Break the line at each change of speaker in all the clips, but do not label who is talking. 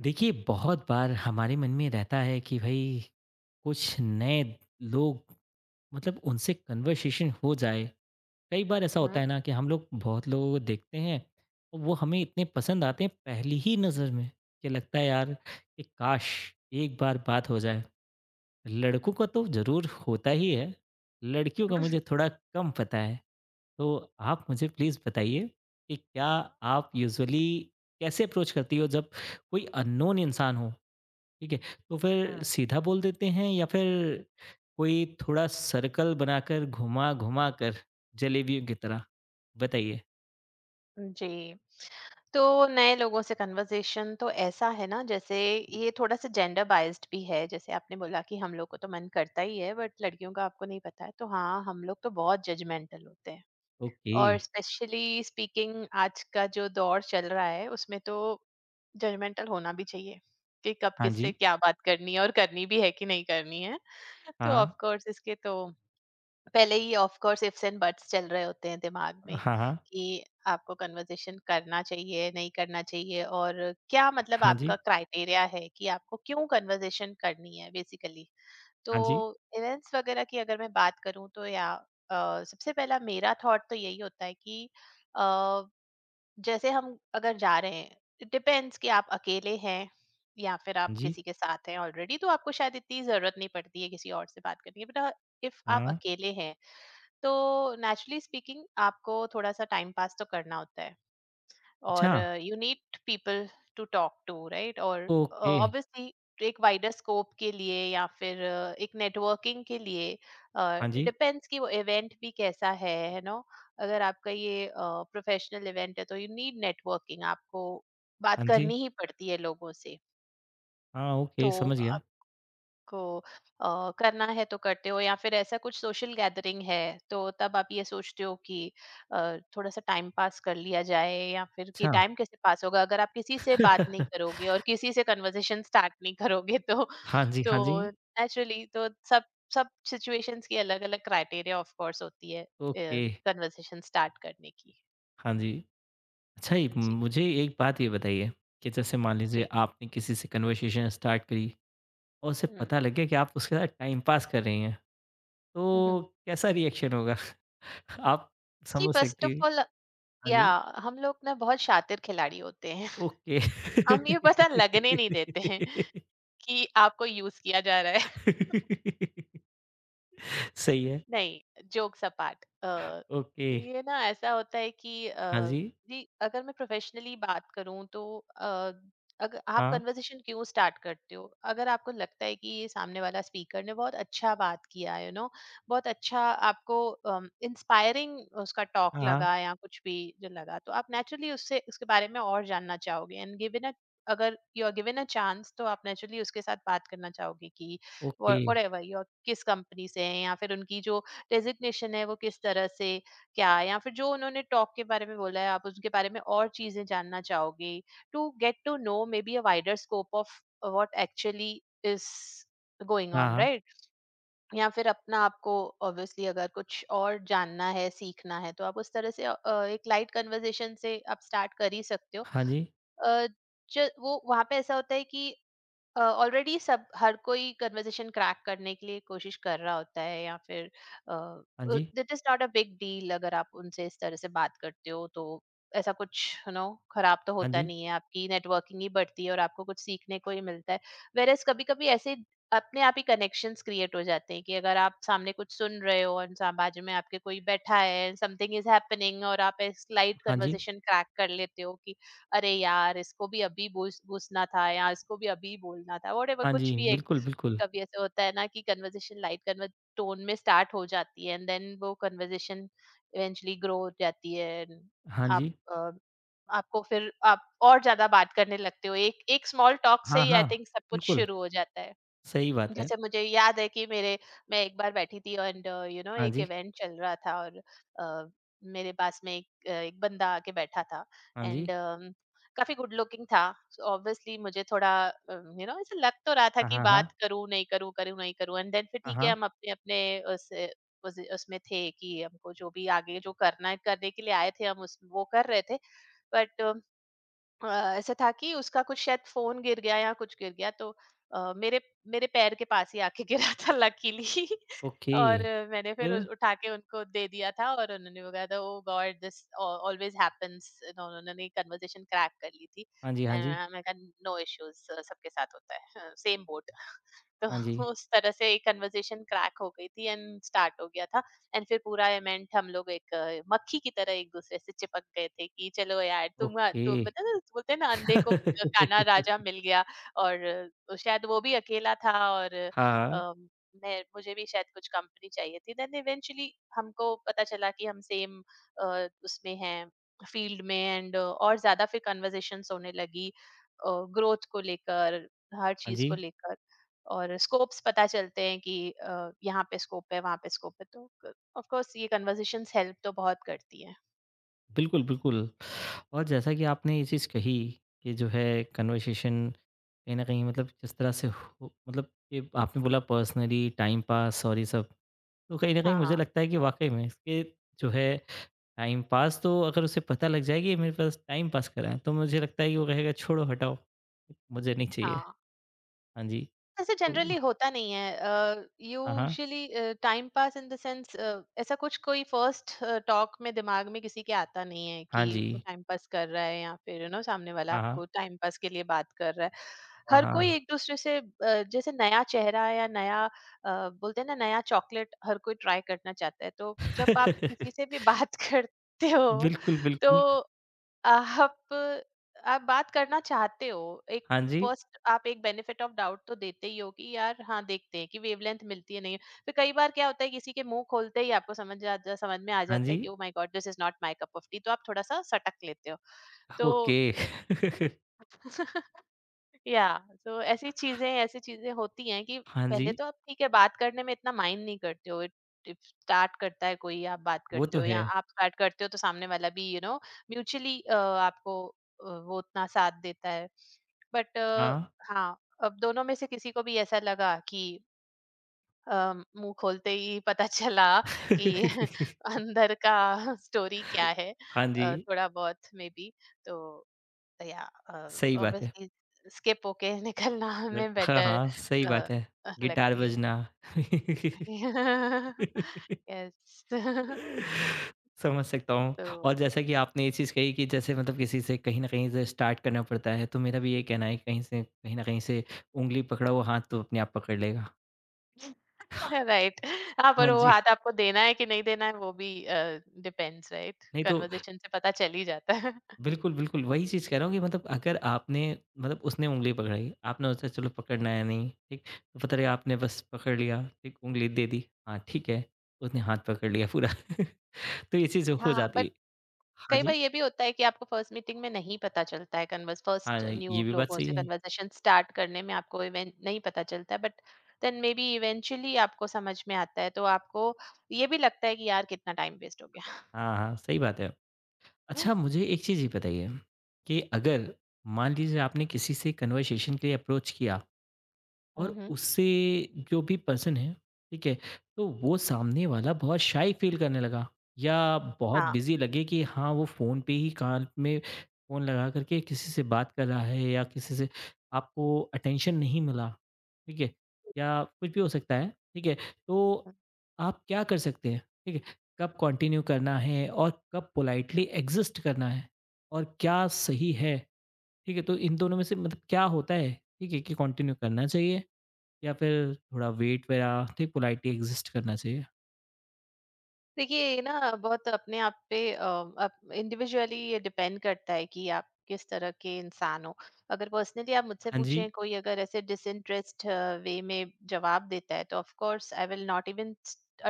देखिए, बहुत बार हमारे मन में रहता है कि भई कुछ नए लोग मतलब उनसे कन्वर्सेशन हो जाए। कई बार ऐसा होता
हुँ,
है ना कि हम लोग बहुत लोगों को देखते हैं, और वो हमें इतने पसंद आते हैं पहली ही नज़र में कि लगता है यार कि काश! एक बार बात हो जाए। लड़कों का तो ज़रूर होता ही है, लड़कियों का मुझे थोड़ा कम पता है। तो आप मुझे प्लीज़ बताइए कि क्या आप यूजुअली कैसे अप्रोच करती हो जब कोई अननोन इंसान हो, ठीक है? तो फिर सीधा बोल देते हैं या फिर कोई थोड़ा सर्कल बनाकर घुमा-घुमा कर जलेबियों की तरह? बताइए।
हुँ, जी। तो नए लोगों से कन्वर्सेशन तो ऐसा है ना, जैसे ये थोड़ा-सा जेंडर बायस्ड भी है। जैसे आपने बोला कि हम लोग को तो मन करता ही है, बट लड़कियों का आपको नहीं पता है। तो हाँ, हम लोग तो बहुत जजमेंटल होते हैं।
ओके।
और स्पेशली स्पीकिंग, आज का जो दौर चल रहा है उसमें तो जजमेंटल होना भी चाहिए कि कब
हाँ
किससे
जी।
क्या बात करनी है और करनी भी है कि नहीं करनी है। तो
हाँ।
ऑफ कोर्स इसके तो पहले ही of course ifs and buts चल रहे होते हैं दिमाग में
हाँ, हाँ।
कि आपको कन्वर्सेशन करना चाहिए, नहीं करना चाहिए, और क्या मतलब
हाँ
आपका
जी।
क्राइटेरिया है कि आपको क्यों कन्वर्सेशन करनी है बेसिकली। तो
हाँ जी।
इवेंट्स वगैरह की अगर मैं बात करूं तो, या सबसे पहला मेरा थॉट तो यही होता है कि अ, जैसे हम अगर जा रहे हैं, डिपेंड्स कि आप अकेले हैं या फिर
हाँ
आप
जी।
किसी के साथ हैं ऑलरेडी, तो आपको शायद इतनी जरूरत नहीं पड़ती है किसी और से बात करने की। बट इफ आप
हाँ।
अकेले हैं तो नेचुरली स्पीकिंग आपको थोड़ा सा टाइम पास तो करना होता है,
अच्छा,
और you need people to talk to right. और
ओके।
ऑब्वियसली एक वाइडर स्कोप के लिए या फिर एक नेटवर्किंग के
हाँ
लिए।
जी।
डिपेंड्स कि वो इवेंट भी कैसा है नो। अगर आपका ये प्रोफेशनल इवेंट है तो यू नीड नेटवर्किंग, आपको बात
हाँ जी।
करनी ही पड़ती है लोगों से।
हाँ, ओके
तो
समझ गया।
को करना है तो करते हो, या फिर ऐसा कुछ सोशल गैदरिंग है तो तब आप ये सोचते हो कि थोड़ा सा टाइम पास कर लिया जाए, या फिर कि
अच्छा।
टाइम कैसे पास होगा अगर आप किसी से बात नहीं करोगे और किसी से कन्वर्सेशन स्टार्ट नहीं करोगे तो।
हाँ जी,
तो
हाँ जी।
नेचुरली तो सब सब सिचुएशंस की अलग अलग क्राइटेरिया ऑफ कोर्स होती है
ओके।
कन्वर्सेशन स्टार्ट करने की।
हाँ जी। अच्छा, ये
जी
मुझे एक बात ये बताइए कि जैसे मान लीजिए
जी
आपने किसी से कन्वर्सेशन स्टार्ट करी और उसे
हम्म
पता लग गया कि आप उसके साथ टाइम पास कर रही हैं,
हम्म,
तो
हम्म।
कैसा रिएक्शन होगा? आप
जी।
समझ
फर्स्ट
सकती
ऑफ
हैं
ऑल,
हाँ
या
जी,
हम लोग ना बहुत शातिर खिलाड़ी होते हैं,
ओके।
हम ये पता लगने नहीं देते हैं कि आपको यूज किया जा रहा है।
सही है,
नहीं, जोक्स अपार्ट,
ओके,
ये ना ऐसा होता है कि
हाँ जी,
जी अगर मैं प्रोफेशनली बात करूँ तो, अ, अगर आप
हाँ,
कन्वर्सेशन क्यों स्टार्ट करते हो? अगर आपको लगता है कि ये सामने वाला स्पीकर ने बहुत अच्छा बात किया, यू नो, बहुत अच्छा आपको इंस्पायरिंग उसका टॉक
हाँ, हाँ,
लगा, या कुछ भी जो लगा, तो आप नेचुरली उससे उसके बारे में और जानना चाहोगे। एंड गिवन अ अगर you are given a chance, तो आप नेचुरली उसके साथ बात करना चाहोगे कि
ओके,
व्हाटएवर योर, किस कंपनी से हैं, या फिर उनकी जो डेजिग्नेशन है वो किस तरह से क्या है, या फिर जो उन्होंने टॉक के बारे में बोला है आप उसके बारे में और चीजें जानना चाहोगे, to get to know maybe a wider scope of what actually is going
हाँ,
ऑन
हाँ,
राइट। या फिर अपना, आपको ऑब्वियसली अगर कुछ और जानना है, सीखना है, तो आप उस तरह से एक लाइट कन्वर्सेशन से आप स्टार्ट कर ही सकते हो।
हाँ जी,
अ, वो वहां पे ऐसा होता है कि ऑलरेडी सब, हर कोई कन्वर्सेशन क्रैक करने के लिए कोशिश कर रहा होता है, या फिर
हाँ जी,
that is not a big deal अगर आप उनसे इस तरह से बात करते हो तो। ऐसा कुछ, यू नो, खराब तो
हाँ
होता
जी,
नहीं है, आपकी नेटवर्किंग ही बढ़ती है और आपको कुछ सीखने को ही मिलता है। वेर कभी कभी ऐसे अपने आप ही कनेक्शंस क्रिएट हो जाते हैं कि अगर आप सामने कुछ सुन रहे हो और बाजू में आपके कोई बैठा है, समथिंग इज हैपनिंग, और आप एक स्लाइट
हाँ जी,
कन्वर्सेशन क्रैक कर लेते हो कि अरे यार, इसको भी अभी घुस घुसना था, या इसको भी अभी बोलना था, व्हाटएवर,
हाँ जी,
कुछ भी। एक
बिल्कुल, बिल्कुल,
कभी ऐसा होता है ना कि कन्वर्सेशन लाइट कन्वर टोन में स्टार्ट हो जाती है, एंड देन वो कन्वर्सेशन इवेंचुअली ग्रो हो जाती है, एंड
हाँ
आप
जी,
अ, आपको फिर आप और ज्यादा बात करने लगते हो। एक एक स्मॉल टॉक से
हाँ,
ही आई
हाँ,
थिंक सब कुछ
बिल्कुल,
शुरू हो जाता है।
सही बात है,
जैसे मुझे याद है कि मेरे मैं एक बार बैठी थी, एंड यू नो
हाँ
एक
जी,
इवेंट चल रहा था, और अ, मेरे पास में एक, एक बंदा आके बैठा था,
हाँ
एंड
जी,
काफी गुड लुकिंग था। ऑब्वियसली मुझे थोड़ा, यू नो, ऐसा लग तो रहा था
हाँ,
कि
हाँ,
बात
हाँ,
करूं नहीं करूं, करूं नहीं करूं, एंड देन फिर
हाँ,
ठीक है,
हाँ,
हम अपने अपने उस उस उसमें थे कि हमको जो भी आगे जो करना है, करने के लिए आए थे, हम उस वो कर रहे थे। बट अ, ऐसा था कि उसका कुछ शायद फ़ोन गिर गया या कुछ गिर गया, तो अ, मेरे मेरे पैर के पास ही आके गिरा था, लकीली।
ओके,
और मैंने फिर
फिर?
उस उठा के उनको दे दिया था, और उन्होंने वो कहा था, oh God this always happens. उन्होंने कन्वर्सेशन क्रैक कर ली थी।
हाँ जी, हाँ
एंड
जी,
मैंने कहा, नो इश्यूज, सबके साथ होता है, सेम बोट।
हाँ जी।
तो उस तरह से एक कन्वर्सेशन क्रैक हो गई थी एंड स्टार्ट हो गया था। एंड फिर पूरा इवेंट हम लोग एक, मक्खी की तरह एक-दूसरे से चिपक गए थे कि चलो यार, तुम
ओके।
तुम पता है, बोलते हैं ना, अंधे को क काना राजा मिल गया। और शायद वो भी अकेला था, और
हाँ,
अम, मैं मुझे भी शायद कुछ कंपनी चाहिए थी। देन इवेंचुअली हमको पता चला कि हम सेम अ, उसमें हैं फील्ड में, एंड और ज़्यादा फिर कन्वर्सेशंस होने लगी, अ, ग्रोथ को लेकर, हर
हाँ
चीज़
जी।
को लेकर। और स्कोप्स पता चलते हैं कि यहाँ पे स्कोप है, वहाँ पे स्कोप है। तो ऑफ कोर्स ये कन्वर्सेशंस हेल्प तो बहुत करती है।
बिल्कुल, बिल्कुल और जैसा कि आपने ये चीज़ कही कि जो है कन्वर्सेशन कहीं न कहीं मतलब जिस तरह से हो मतलब कि आपने बोला पर्सनली टाइम पास और ये सब, तो कहीं न कहीं
हाँ,
मुझे
हाँ,
लगता है कि वाक़ई में इसके जो है टाइम पास तो अगर उसे पता लग जाएगी ये मेरे पास टाइम पास कर रहा है, तो मुझे लगता है कि वो कहेगा छोड़ो हटाओ, मुझे नहीं चाहिए।
हाँ।
हाँ जी।
ऐसे जनरली
तो
होता नहीं है,
हाँ, हाँ।
Usually, time pass in the sense, ऐसा कुछ कोई फर्स्ट, टॉक में दिमाग में किसी के आता नहीं है
हाँ
कि
जी।
वो टाइम पास कर रहा है, या फिर यू नो सामने वाला
हाँ, हाँ।
आपको टाइम पास के लिए बात कर रहा है।
हाँ,
हर कोई
हाँ।
एक-दूसरे से जैसे नया चेहरा, या नया, बोलते हैं ना, नया चॉकलेट हर कोई ट्राई करना चाहता है। तो जब आप किसी से भी बात करते हो
बिल्कुल,
तो
बिल्कुल।
आप आप बात करना चाहते हो। एक
हाँ जी,
फर्स्ट आप एक बेनिफिट ऑफ डाउट तो देते ही हो कि यार हाँ, देखते हैं कि वेवलेंथ मिलती है नहीं है। फिर कई बार क्या होता है, किसी के मुंह खोलते ही आपको समझ में आ
हाँ
जाता
जी,
है कि oh my God, this is not my cup of tea, तो आप थोड़ा सा सटक लेते हो। तो
ओके।
या तो ऐसी चीजें, ऐसी चीजें होती हैं कि
हाँ
पहले
जी,
तो आप ठीक है, बात करने में इतना माइंड नहीं करते हो। स्टार्ट करता है कोई आप बात
वो
करते
तो
हो,
है।
या आप स्टार्ट करते हो तो सामने वाला भी, यू नो, म्यूचुअली आपको वो उतना साथ देता है। बट
हाँ।
हाँ, अब दोनों में से किसी को भी ऐसा लगा कि मुंह खोलते ही पता चला कि अंदर का स्टोरी क्या है,
हाँ जी,
थोड़ा बहुत मे बी, तो या
सही बात है।
ऑब्वियसली स्किप होके निकलना
अ,
हमें
हाँ,
बेटर
हाँ, सही बात है। गिटार
लगती है।
बजना।
यस।
समझ सकता हूँ
तो
और जैसा कि आपने ये चीज़ कही कि जैसे मतलब किसी से कहीं न कहीं से स्टार्ट करना पड़ता है, तो मेरा भी ये कहना है कि कहीं से कहीं न कहीं से ऊँगली पकड़ा हुआ हाथ तो अपने आप पकड़ लेगा।
राइट। हाँ,
हाँ
पर वो
जी,
हाथ आपको देना है कि नहीं देना है, वो भी डिपेंड्स राइट,
नहीं तो
कन्वर्सेशन से पता चल ही जाता है।
बिल्कुल, बिल्कुल, वही चीज़ कह रहा हूँ कि मतलब अगर आपने मतलब उसने उँगली पकड़ाई, आपने सोचा चलो पकड़ना है नहीं, ठीक? तो पता लगा आपने बस पकड़ लिया, ठीक? उँगली दे दी, हाँ, ठीक है, उसने हाथ पकड़ लिया पूरा। तो ये चीज़ हो
हाँ,
जाती है। हाँ
कई बार
जी,
ये भी होता है कि आपको फर्स्ट मीटिंग में नहीं पता चलता है, कन्वर्स
हाँ,
फर्स्ट
ये
न्यू
भी बात
लोगों
सही
से
है।
कन्वर्सेशन स्टार्ट करने में आपको इवेंट नहीं पता चलता है, but then maybe eventually आपको समझ में आता है, तो आपको ये भी लगता है कि यार कितना टाइम वेस्ट हो गया।
हाँ, हाँ, सही बात है। अच्छा मुझे एक चीज़ ये बताइए कि अगर मान लीजिए आपने किसी से कन्वर्सेशन के लिए अप्रोच किया और
हम्म,
उससे जो भी पर्सन है, ठीक है, तो वो सामने वाला बहुत शाय फ़ील करने लगा या बहुत
हाँ।
बिज़ी लगे कि हाँ, वो फ़ोन पे ही कान में फ़ोन लगा करके किसी से बात कर रहा है या किसी से आपको अटेंशन नहीं मिला, ठीक है, या कुछ भी हो सकता है, ठीक है। तो आप क्या कर सकते हैं, ठीक है, कब कंटिन्यू करना है और कब पोलाइटली एग्ज़िस्ट करना है और क्या सही है, ठीक है, तो इन दोनों में से मतलब क्या होता है, ठीक है, कि कंटिन्यू करना चाहिए? या फिर थोड़ा वेट वगैरह थी पोलाइटली एग्ज़िस्ट करना चाहिए।
देखिए, ये ना बहुत अपने आप पे, इंडिविजुअली ये डिपेंड करता है कि आप किस तरह के इंसान हो। अगर पर्सनली आप मुझसे
हाँ जी,
पूछें, कोई अगर ऐसे डिसइंटरेस्ट वे में जवाब देता है तो of course I will not even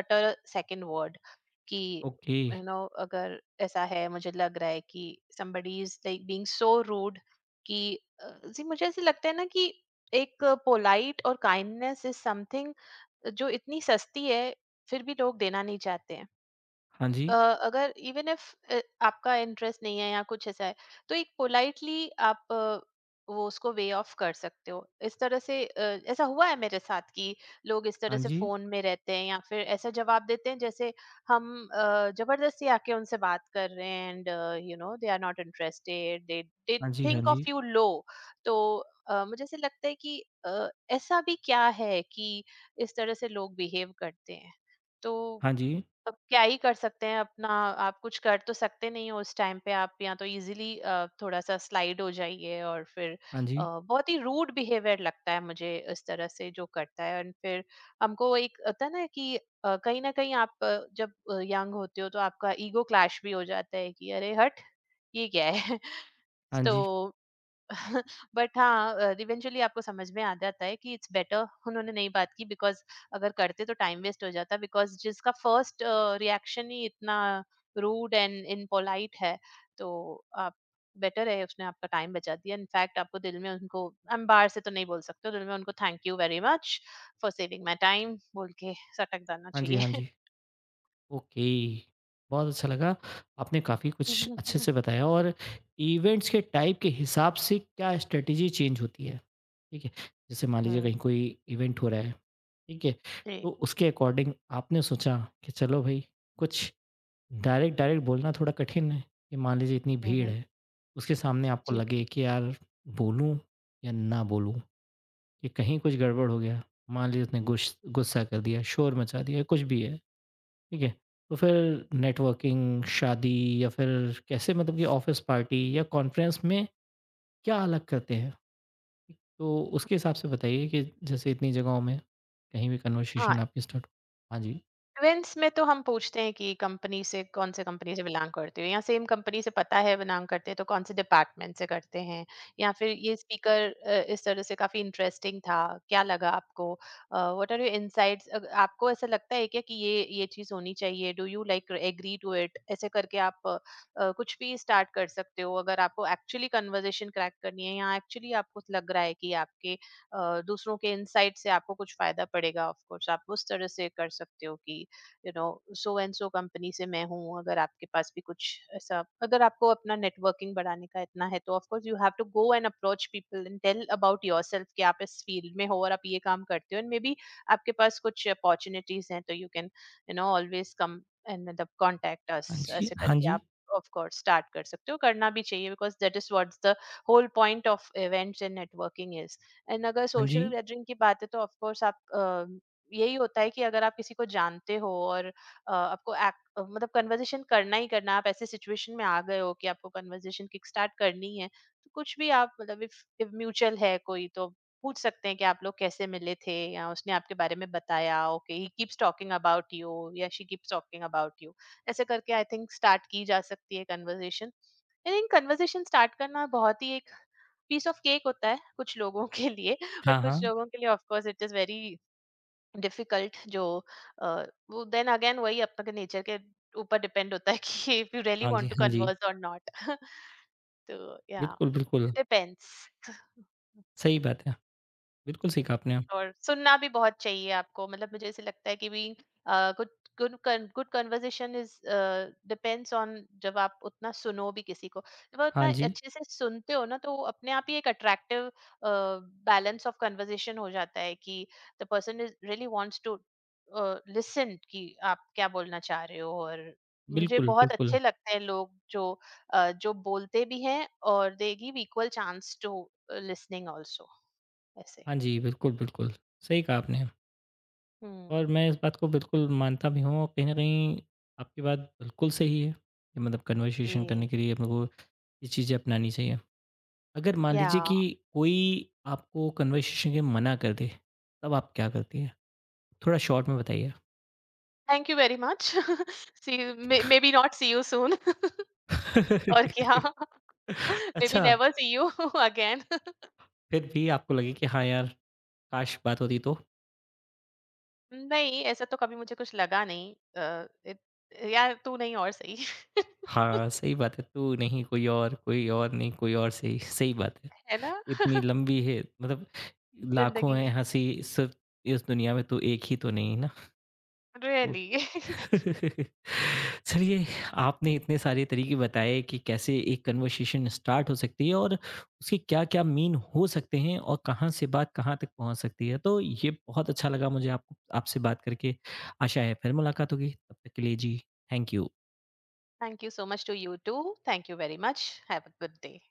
utter second word कि,
ओके,
यू नो, अगर ऐसा है मुझे लग रहा है कि somebody is like being so rude कि, जी मुझे ऐसे लगता है ना कि एक पोलाइट और काइंडनेस इज समथिंग जो इतनी सस्ती है, फिर भी लोग देना नहीं चाहते हैं।
हाँ जी,
अ, अगर इवन इफ आपका इंटरेस्ट नहीं है या कुछ ऐसा है, तो एक पोलाइटली आप वो उसको वे ऑफ कर सकते हो इस तरह से। ऐसा हुआ है मेरे साथ कि लोग इस तरह
हाँ
से
जी,
फोन में रहते हैं या फिर ऐसा जवाब देते हैं जैसे हम जबरदस्ती आके उनसे बात कर रहे हैं, and you know they are not interested, they they
हाँ जी, हाँ
थिंक
जी,
ऑफ यू लो। तो मुझे ऐसे लगता है कि अ, ऐसा भी क्या है कि इस तरह से लोग बिहेव करते हैं। तो
हाँ जी,
अब क्या ही कर सकते हैं अपना, आप कुछ कर तो सकते नहीं हो उस टाइम पे, आप या तो इजीली थोड़ा सा स्लाइड हो जाइए, और फिर
हाँ जी,
बहुत ही रूड बिहेवियर लगता है मुझे इस तरह से जो करता है, और फिर हमको एक होता है ना कि कहीं ना कहीं आप जब यंग होते हो तो आपका ईगो क्लैश भी हो जाता है कि अरे हट, ये क्या है।
हाँ
तो
जी,
बट हाँ, इवेंचुअली आपको समझ में आ जाता है कि इट्स बेटर उन्होंने नहीं बात की, बिकॉज अगर करते तो टाइम वेस्ट हो जाता, बिकॉज जिसका फर्स्ट रिएक्शन ही इतना रूड एंड इनपोलाइट है, तो आप, बेटर है उसने आपका टाइम बचा दिया। इनफैक्ट आपको दिल में उनको, हम बाहर से तो नहीं बोल सकते हो, दिल में उनको thank you very much for saving my time बोल के सटक जाना
हाँ जी, हाँ
चाहिए।
जी, ओके। बहुत अच्छा लगा, आपने काफ़ी कुछ अच्छे से बताया और इवेंट्स के टाइप के हिसाब से क्या स्ट्रैटेजी चेंज होती है, ठीक है? जैसे मान लीजिए
हम्म,
कहीं कोई इवेंट हो रहा है, ठीक है? तो
जी।
उसके अकॉर्डिंग आपने सोचा कि चलो भई कुछ डायरेक्ट डायरेक्ट बोलना थोड़ा कठिन है कि मान लीजिए इतनी भीड़
हम्म,
है, उसके सामने आपको
जी।
लगे कि यार बोलूँ या ना बोलूँ कि कहीं कुछ गड़बड़ हो गया, मान लीजिए उसने गुस्सा कर दिया, शोर मचा दिया, कुछ भी है, ठीक है? तो फिर नेटवर्किंग, शादी या फिर कैसे मतलब कि ऑफ़िस पार्टी या कॉन्फ्रेंस में क्या अलग करते हैं? तो उसके हिसाब से बताइए कि जैसे इतनी जगहों में कहीं भी
हाँ,
कन्वर्सेशन आपकी स्टार्ट हो? हाँ जी।
इवेंट्स में तो हम पूछते हैं कि कंपनी से कौन से कंपनी से बिलोंग करते हो, या सेम कंपनी से पता है बिलोंग करते हैं तो कौन से डिपार्टमेंट से करते हैं। या फिर ये स्पीकर इस तरह से काफी इंटरेस्टिंग था, क्या लगा आपको, व्हाट आर योर इनसाइट्स, आपको ऐसा लगता है क्या कि ये चीज होनी चाहिए, do you like agree to it, ऐसे करके आप कुछ भी स्टार्ट कर सकते हो। अगर आपको एक्चुअली कन्वर्जेशन क्रैक करनी है या एक्चुअली आपको लग रहा है कि आपके दूसरों के इनसाइट से आपको कुछ फायदा पड़ेगा, ऑफ कोर्स आप उस तरह से कर सकते हो कि you know, so and so company से मैं हूँ, अगर आपके पास भी कुछ ऐसा, अगर आपको अपना नेटवर्किंग बढ़ाने का इतना है, तो of course you have to go and approach people and tell about yourself कि आप इस फील्ड में हो और आप ये काम करते हो, एंड मे बी आपके पास कुछ अपॉर्चुनिटीज हैं तो you can, you know, always come and मतलब कॉन्टेक्ट
हाँ
अस,
जी,
ऐसे
हाँ
करके
जी,
आप ऑफ कोर्स स्टार्ट कर सकते हो, करना भी चाहिए, because that is what's the whole point of events and networking is. And अगर
हाँ जी।
सोशल गैदरिंग की बात है तो ऑफ कोर्स आप, यही होता है कि अगर आप किसी को जानते हो और आपको मतलब कन्वर्सेशन करना ही करना, आप ऐसे सिचुएशन में आ गए हो कि आपको कन्वर्सेशन किक स्टार्ट करनी है, तो कुछ भी, आप मतलब इफ इफ म्यूचुअल है कोई, तो पूछ सकते हैं कि आप लोग कैसे मिले थे, या उसने आपके बारे में बताया, okay he keeps talking about you या she keeps talking about you, ऐसे करके आई थिंक स्टार्ट की जा सकती है conversation. I think conversation start करना बहुत ही एक पीस ऑफ केक होता है कुछ लोगों के लिए।
हाँ,
बट कुछ
हाँ।
लोगों के लिए of course it is very difficult, जो अ, वो देन अगेन वही आपके नेचर के ऊपर डिपेंड होता है कि इफ यू रियली
हाँ जी,
वांट टू
हाँ जी।
कन्वर्स और नॉट। तो या
बिल्कुल, बिल्कुल।
डिपेंड्स।
सही बात है। बिल्कुल सही कहा आपने।
और सुनना भी बहुत चाहिए आपको, मतलब मुझे ऐसे लगता है कि भी, good good good conversation is depends on, जब आप उतना सुनो भी किसी को, जब आप
हाँ
उतना
जी।
अच्छे से सुनते हो ना, तो वो अपने आप ही एक अट्रैक्टिव बैलेंस ऑफ कन्वर्सेशन हो जाता है कि the person is really wants to listen कि आप क्या बोलना चाह रहे हो। और मुझे
बिल्कुल,
बहुत
बिल्कुल।
अच्छे लगते हैं लोग जो जो बोलते भी हैं और they give equal chance to listening also, ऐसे।
हाँ जी, बिल्कुल, बिल्कुल। सही कहा आपने और
हम्म।
मैं इस बात को बिल्कुल मानता भी हूँ और कहीं न कहीं आपकी बात बिल्कुल सही है कि मतलब कन्वर्सेशन
जी,
करने के लिए अपने को ये चीज़ें अपनानी चाहिए। अगर मान लीजिए
yeah.
कि कोई आपको कन्वर्सेशन के लिए मना कर दे, तब आप क्या करती हैं? थोड़ा शॉर्ट में बताइए।
Thank you very much. See you, may maybe not see you soon. और क्या? Maybe
अच्छा,
never see you again.
फिर भी आपको लगे कि हाँ यार, काश बात होती तो?
नहीं, ऐसा तो कभी मुझे कुछ लगा नहीं। अ, इत यार तू नहीं और सही।
हाँ, सही बात है। तू नहीं कोई और, कोई और नहीं कोई और सही, सही बात है।
है ना?
इतनी लंबी है मतलब लाखों
ज़िंदगी
हैं
में।
हँसी सिर्फ़ इस दुनिया में तू एक ही तो नहीं ना तो
Really.
चलिए आपने इतने सारे तरीके बताए कि कैसे एक कन्वर्सेशन स्टार्ट हो सकती है और उसके क्या-क्या मीन हो सकते हैं और कहाँ से बात कहाँ तक पहुँच सकती है। तो ये बहुत अच्छा लगा मुझे आपको आपसे बात करके। आशा है फिर मुलाकात होगी। तब तक के लिए जी, thank you.
Thank you so much to you too. Thank you very much. Have a good day.